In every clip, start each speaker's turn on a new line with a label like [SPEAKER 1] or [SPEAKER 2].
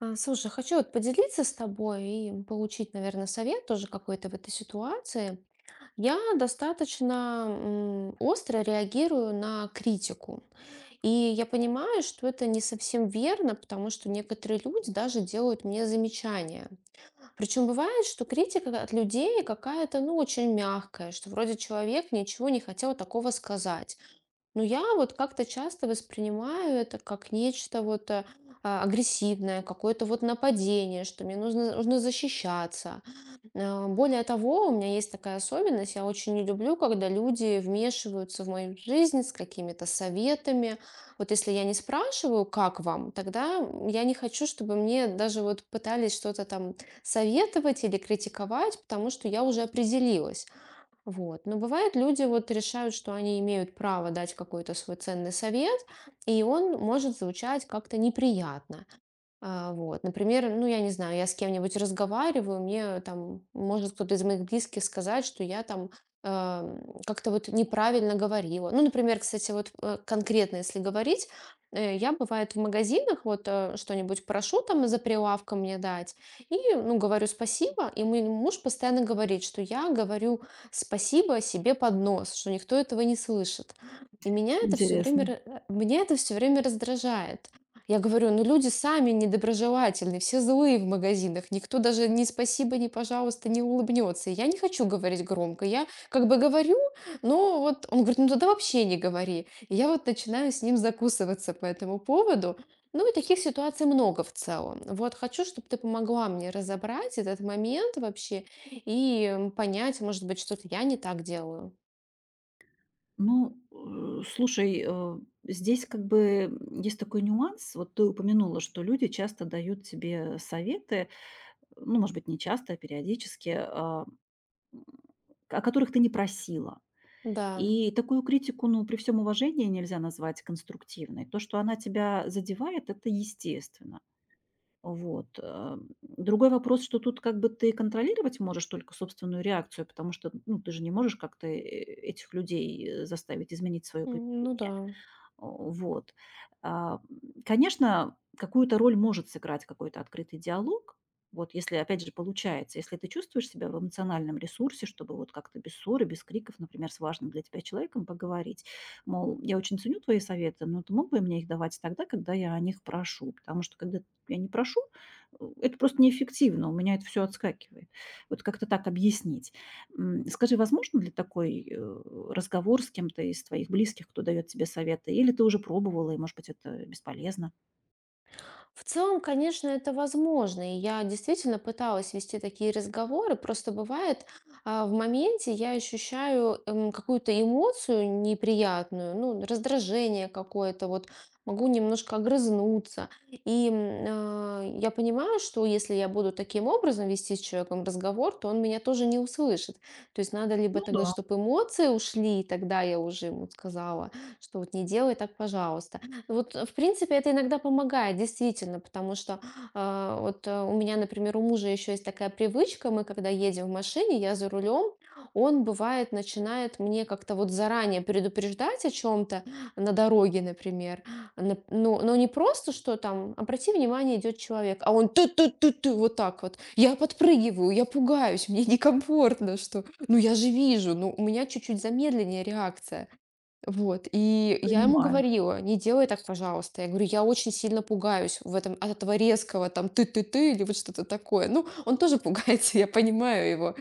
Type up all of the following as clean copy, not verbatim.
[SPEAKER 1] Слушай, хочу вот поделиться с тобой и получить, наверное, совет тоже какой-то в этой ситуации. Я достаточно остро реагирую на критику. И я понимаю, что это не совсем верно, потому что некоторые люди даже делают мне замечания. Причем бывает, что критика от людей какая-то, ну, очень мягкая, что вроде человек ничего не хотел такого сказать. Но я вот как-то часто воспринимаю это как нечто вот агрессивное, какое-то вот нападение, что мне нужно защищаться. Более того, у меня есть такая особенность, я очень не люблю, когда люди вмешиваются в мою жизнь с какими-то советами. Вот если я не спрашиваю, как вам, тогда я не хочу, чтобы мне даже вот пытались что-то там советовать или критиковать, потому что я уже определилась. Вот. Но бывает, люди вот решают, что они имеют право дать какой-то свой ценный совет, и он может звучать как-то неприятно. Вот, например, ну, я не знаю, я с кем-нибудь разговариваю, мне там может кто-то из моих близких сказать, что я там как-то вот неправильно говорила. Ну, например, кстати, вот конкретно, если говорить, я бывает в магазинах вот что-нибудь прошу там за прилавком мне дать, и, ну, говорю спасибо, и мой муж постоянно говорит, что я говорю спасибо себе под нос, что никто этого не слышит. И
[SPEAKER 2] Интересно.
[SPEAKER 1] меня это все время раздражает. Я говорю, ну люди сами недоброжелательны, все злые в магазинах, никто даже ни спасибо, ни пожалуйста не улыбнется. И я не хочу говорить громко, я как бы говорю, но вот он говорит, ну тогда вообще не говори. И я вот начинаю с ним закусываться по этому поводу. Ну и таких ситуаций много в целом. Вот хочу, чтобы ты помогла мне разобрать этот момент вообще и понять, может быть, что-то я не так делаю.
[SPEAKER 2] Ну, слушай, здесь как бы есть такой нюанс. Вот ты упомянула, что люди часто дают тебе советы, ну, может быть, не часто, а периодически, м, о которых ты не просила.
[SPEAKER 1] Да.
[SPEAKER 2] И такую критику, ну, при всем уважении нельзя назвать конструктивной. То, что она тебя задевает, это естественно. Вот. Другой вопрос, что тут как бы ты контролировать можешь только собственную реакцию, потому что, ну, ты же не можешь как-то этих людей заставить изменить свое
[SPEAKER 1] М, ну
[SPEAKER 2] поведение.
[SPEAKER 1] да.
[SPEAKER 2] О, вот. Конечно, какую-то роль может сыграть какой-то открытый диалог. Вот если, опять же, получается, если ты чувствуешь себя в эмоциональном ресурсе, чтобы вот как-то без ссоры, без криков, например, с важным для тебя человеком поговорить, мол, я очень ценю твои советы, но ты мог бы мне их давать тогда, когда я о них прошу, потому что когда я не прошу, это просто неэффективно, у меня это все отскакивает. Вот как-то так объяснить. Скажи, возможно ли такой, разговор с кем-то из твоих близких, кто дает тебе советы? Или ты уже пробовала, и, может быть, это бесполезно?
[SPEAKER 1] В целом, конечно, это возможно. И я действительно пыталась вести такие разговоры. Просто бывает, в моменте я ощущаю какую-то эмоцию неприятную, ну, раздражение какое-то, вот могу немножко огрызнуться. И я понимаю, что если я буду таким образом вести с человеком разговор, то он меня тоже не услышит. То есть надо либо
[SPEAKER 2] Ну
[SPEAKER 1] тогда,
[SPEAKER 2] да,
[SPEAKER 1] чтобы эмоции ушли, и тогда я уже ему сказала, что вот не делай так, пожалуйста. Вот, в принципе, это иногда помогает, действительно, потому что вот у меня, например, у мужа еще есть такая привычка, мы когда едем в машине, я за рулем, он бывает начинает мне как-то вот заранее предупреждать о чем-то на дороге, например, ну, но не просто, что там, обрати внимание, идет человек, а он ты ты ты ты вот так вот, я подпрыгиваю, я пугаюсь, мне некомфортно, что, ну я же вижу, ну у меня чуть-чуть замедленнее реакция. Вот, и я ему
[SPEAKER 2] понимаю.
[SPEAKER 1] говорила: "Не делай так, пожалуйста". Я говорю: "Я очень сильно пугаюсь в этом от этого резкого там ты-ты-ты или вот что-то такое". Ну, он тоже пугается, я понимаю его.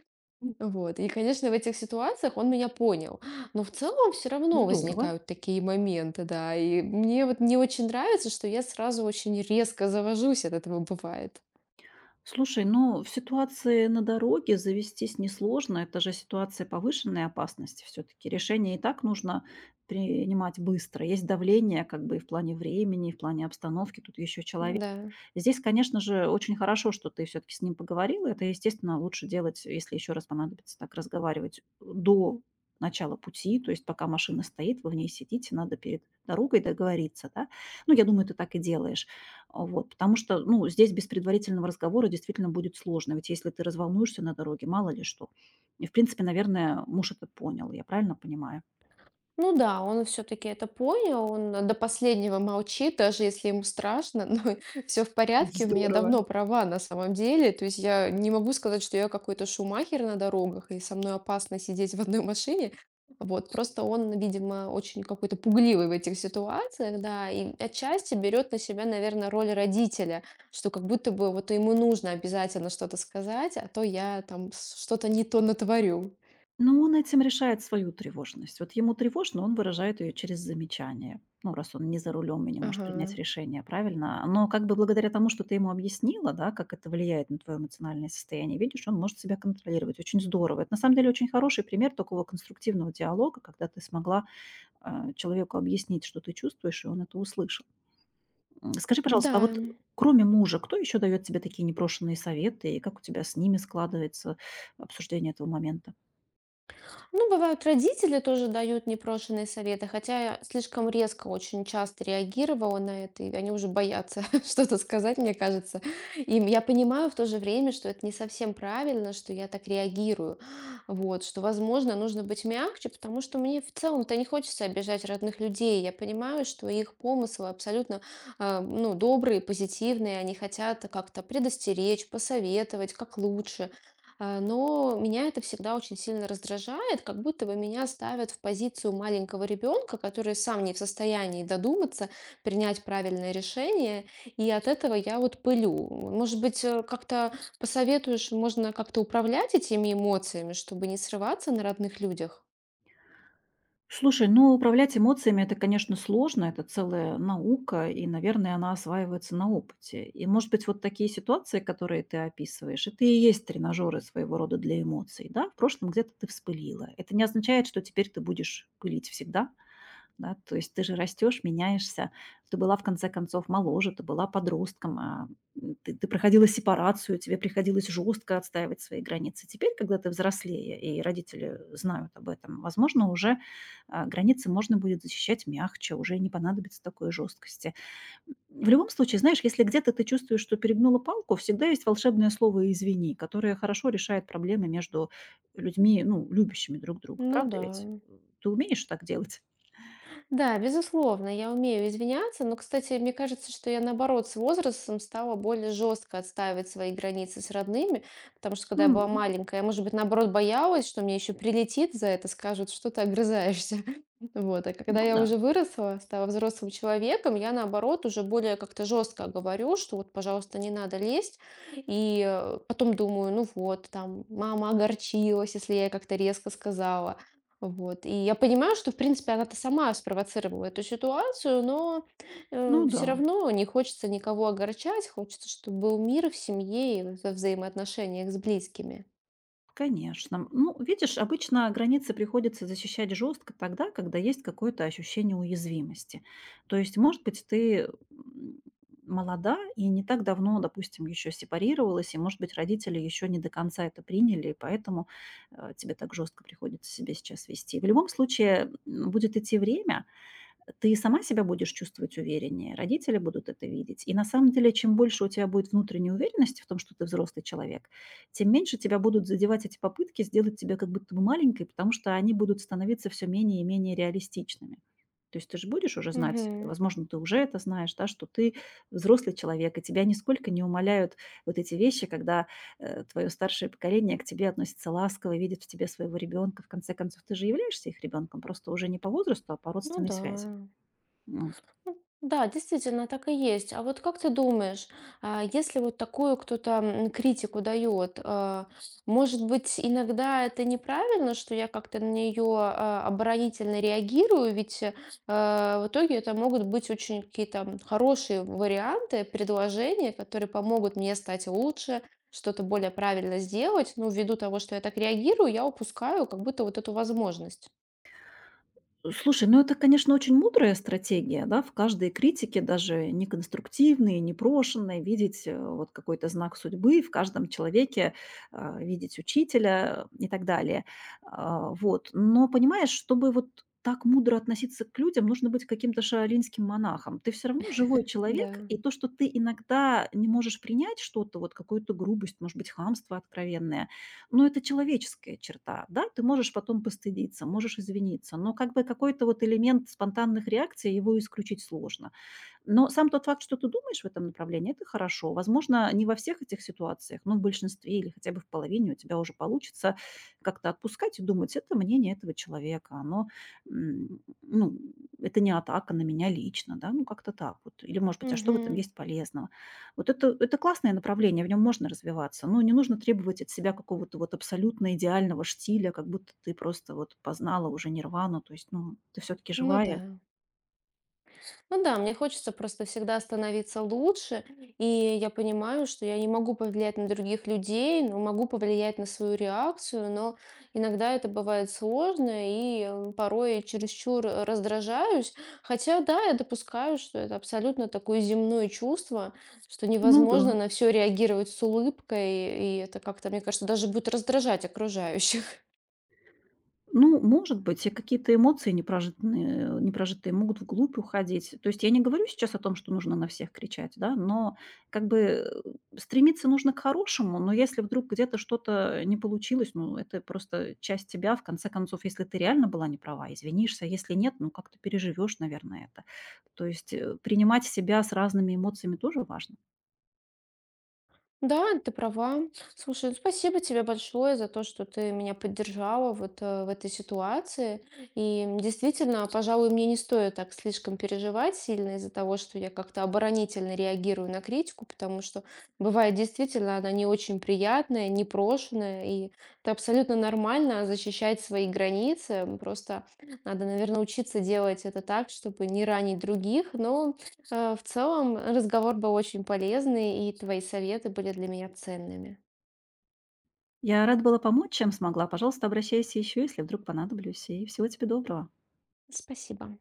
[SPEAKER 1] Вот, и, конечно, в этих ситуациях он меня понял. Но в целом все равно
[SPEAKER 2] Здорово.
[SPEAKER 1] возникают такие моменты, да. И мне вот не очень нравится, что я сразу очень резко завожусь от этого, бывает.
[SPEAKER 2] Слушай, ну в ситуации на дороге завестись несложно. Это же ситуация повышенной опасности все-таки. Решение и так нужно принимать быстро. Есть давление как бы и в плане времени, и в плане обстановки. Тут еще человек.
[SPEAKER 1] Да.
[SPEAKER 2] Здесь, конечно же, очень хорошо, что ты все-таки с ним поговорила. Это, естественно, лучше делать, если еще раз понадобится так разговаривать, до начала пути, то есть пока машина стоит, вы в ней сидите, надо перед дорогой договориться, да? Ну, я думаю, ты так и делаешь. А, вот, потому что, ну, здесь без предварительного разговора действительно будет сложно. Ведь если ты разволнуешься на дороге, мало ли что. И, в принципе, наверное, муж это понял, я правильно понимаю?
[SPEAKER 1] Ну да, он все-таки это понял, он до последнего молчит, даже если ему страшно, но все в порядке, у меня
[SPEAKER 2] Здорово.
[SPEAKER 1] давно права на самом деле, то есть я не могу сказать, что я какой-то шумахер на дорогах, и со мной опасно сидеть в одной машине, вот, просто он, видимо, очень какой-то пугливый в этих ситуациях, да, и отчасти берет на себя, наверное, роль родителя, что как будто бы вот ему нужно обязательно что-то сказать, а то я там что-то не то натворю.
[SPEAKER 2] Но он этим решает свою тревожность. Вот ему тревожно, он выражает ее через замечание. Ну, раз он не за рулем и не может принять
[SPEAKER 1] Ага.
[SPEAKER 2] решение, правильно? Но как бы благодаря тому, что ты ему объяснила, да, как это влияет на твое эмоциональное состояние, видишь, он может себя контролировать. Очень здорово. Это на самом деле очень хороший пример такого конструктивного диалога, когда ты смогла человеку объяснить, что ты чувствуешь, и он это услышал. Скажи, пожалуйста,
[SPEAKER 1] Да.
[SPEAKER 2] а вот кроме мужа, кто еще дает тебе такие непрошенные советы, и как у тебя с ними складывается обсуждение этого момента?
[SPEAKER 1] Ну, бывают, родители тоже дают непрошенные советы, хотя я слишком резко очень часто реагировала на это, и они уже боятся что-то сказать, мне кажется. И я понимаю в то же время, что это не совсем правильно, что я так реагирую. Вот, что, возможно, нужно быть мягче, потому что мне в целом-то не хочется обижать родных людей. Я понимаю, что их помыслы абсолютно, ну, добрые, позитивные, они хотят как-то предостеречь, посоветовать, как лучше. Но меня это всегда очень сильно раздражает, как будто бы меня ставят в позицию маленького ребенка, который сам не в состоянии додуматься, принять правильное решение, и от этого я вот пылю. Может быть, как-то посоветуешь, можно как-то управлять этими эмоциями, чтобы не срываться на родных людях?
[SPEAKER 2] Слушай, ну управлять эмоциями это, конечно, сложно, это целая наука, и, наверное, она осваивается на опыте. И, может быть, вот такие ситуации, которые ты описываешь, это и есть тренажеры своего рода для эмоций, да? В прошлом где-то ты вспылила. Это не означает, что теперь ты будешь пылить всегда. Да, то есть ты же растешь, меняешься. Ты была, в конце концов, моложе, ты была подростком, ты проходила сепарацию, тебе приходилось жестко отстаивать свои границы. Теперь, когда ты взрослее, и родители знают об этом, возможно, уже границы можно будет защищать мягче, уже не понадобится такой жесткости. В любом случае, знаешь, если где-то ты чувствуешь, что перегнула палку, всегда есть волшебное слово «извини», которое хорошо решает проблемы между людьми, ну, любящими друг друга.
[SPEAKER 1] Ну
[SPEAKER 2] Правда
[SPEAKER 1] да.
[SPEAKER 2] ведь? Ты умеешь так делать?
[SPEAKER 1] Да, безусловно, я умею извиняться, но, кстати, мне кажется, что я, наоборот, с возрастом стала более жестко отстаивать свои границы с родными, потому что, когда я была
[SPEAKER 2] М.
[SPEAKER 1] маленькая, я, может быть, наоборот, боялась, что мне еще прилетит за это, скажут, что ты огрызаешься. Вот. А когда
[SPEAKER 2] Ну
[SPEAKER 1] я
[SPEAKER 2] да,
[SPEAKER 1] уже выросла, стала взрослым человеком, я, наоборот, уже более как-то жестко говорю, что вот, пожалуйста, не надо лезть. И потом думаю, ну вот, там, мама огорчилась, если я ей как-то резко сказала. Вот. И я понимаю, что, в принципе, она-то сама спровоцировала эту ситуацию, но
[SPEAKER 2] ну да,
[SPEAKER 1] все равно не хочется никого огорчать, хочется, чтобы был мир в семье и во взаимоотношениях с близкими.
[SPEAKER 2] конечно. Ну, видишь, обычно границы приходится защищать жестко тогда, когда есть какое-то ощущение уязвимости. То есть, может быть, ты м, молода и не так давно, допустим, еще сепарировалась, и, может быть, родители еще не до конца это приняли, и поэтому тебе так жестко приходится себя сейчас вести. В любом случае, будет идти время. Ты сама себя будешь чувствовать увереннее, родители будут это видеть. И на самом деле, чем больше у тебя будет внутренней уверенности в том, что ты взрослый человек, тем меньше тебя будут задевать эти попытки сделать тебя как будто бы маленькой, потому что они будут становиться все менее и менее реалистичными. То есть ты же будешь уже знать,
[SPEAKER 1] Мгм.
[SPEAKER 2] возможно, ты уже это знаешь, да, что ты взрослый человек, и тебя нисколько не умаляют вот эти вещи, когда твое старшее поколение к тебе относится ласково, видит в тебе своего ребенка. В конце концов, ты же являешься их ребенком, просто уже не по возрасту, а по
[SPEAKER 1] Ну
[SPEAKER 2] родственной
[SPEAKER 1] да.
[SPEAKER 2] связи. Вот.
[SPEAKER 1] Ну Да, действительно, так и есть. А вот как ты думаешь, если вот такую кто-то критику дает, может быть, иногда это неправильно, что я как-то на нее оборонительно реагирую, ведь в итоге это могут быть очень какие-то хорошие варианты, предложения, которые помогут мне стать лучше, что-то более правильно сделать. Ну, ввиду того, что я так реагирую, я упускаю как будто вот эту возможность.
[SPEAKER 2] Слушай, ну это, конечно, очень мудрая стратегия, да, в каждой критике, даже неконструктивной, непрошенной, видеть вот какой-то знак судьбы в каждом человеке, видеть учителя и так далее. Вот. Но понимаешь, чтобы вот так мудро относиться к людям, нужно быть каким-то шаолиньским монахом. Ты все равно живой человек,
[SPEAKER 1] Да.
[SPEAKER 2] и то, что ты иногда не можешь принять что-то, вот какую-то грубость, может быть, хамство откровенное. Но это человеческая черта, да, ты можешь потом постыдиться, можешь извиниться, но как бы какой-то вот элемент спонтанных реакций, его исключить сложно. Но сам тот факт, что ты думаешь в этом направлении, это хорошо. Возможно, не во всех этих ситуациях, но в большинстве или хотя бы в половине у тебя уже получится как-то отпускать и думать, это мнение этого человека, оно, ну, это не атака на меня лично, да, ну, как-то так вот. Или, может быть, а что в этом
[SPEAKER 1] Мгм.
[SPEAKER 2] есть полезного? Вот это классное направление, в нем можно развиваться, но не нужно требовать от себя какого-то вот абсолютно идеального штиля, как будто ты просто вот познала уже нирвану, то есть, ну, ты все-таки
[SPEAKER 1] Ну да.
[SPEAKER 2] живая.
[SPEAKER 1] Ну да, мне хочется просто всегда становиться лучше, и я понимаю, что я не могу повлиять на других людей, но могу повлиять на свою реакцию, но иногда это бывает сложно, и порой чересчур раздражаюсь. Хотя да, я допускаю, что это абсолютно такое земное чувство, что
[SPEAKER 2] Ну да.
[SPEAKER 1] невозможно на все реагировать с улыбкой, и это как-то, мне кажется, даже будет раздражать окружающих.
[SPEAKER 2] Ну, может быть, и какие-то эмоции непрожитые, непрожитые могут вглубь уходить. То есть я не говорю сейчас о том, что нужно на всех кричать, да, но как бы стремиться нужно к хорошему, но если вдруг где-то что-то не получилось, ну, это просто часть тебя, в конце концов, если ты реально была не права, извинишься, а если нет, ну, как ты переживешь, наверное, это. То есть принимать себя с разными эмоциями тоже важно.
[SPEAKER 1] Да, ты права. Слушай, ну, спасибо тебе большое за то, что ты меня поддержала вот в этой ситуации. И действительно, пожалуй, мне не стоит так слишком переживать сильно из-за того, что я как-то оборонительно реагирую на критику, потому что бывает действительно она не очень приятная, непрошенная, и это абсолютно нормально защищать свои границы. Просто надо, наверное, учиться делать это так, чтобы не ранить других, но в целом разговор был очень полезный, и твои советы были для меня ценными.
[SPEAKER 2] Я рада была помочь, чем смогла. Пожалуйста, обращайся еще, если вдруг понадоблюсь, и всего тебе доброго.
[SPEAKER 1] Спасибо.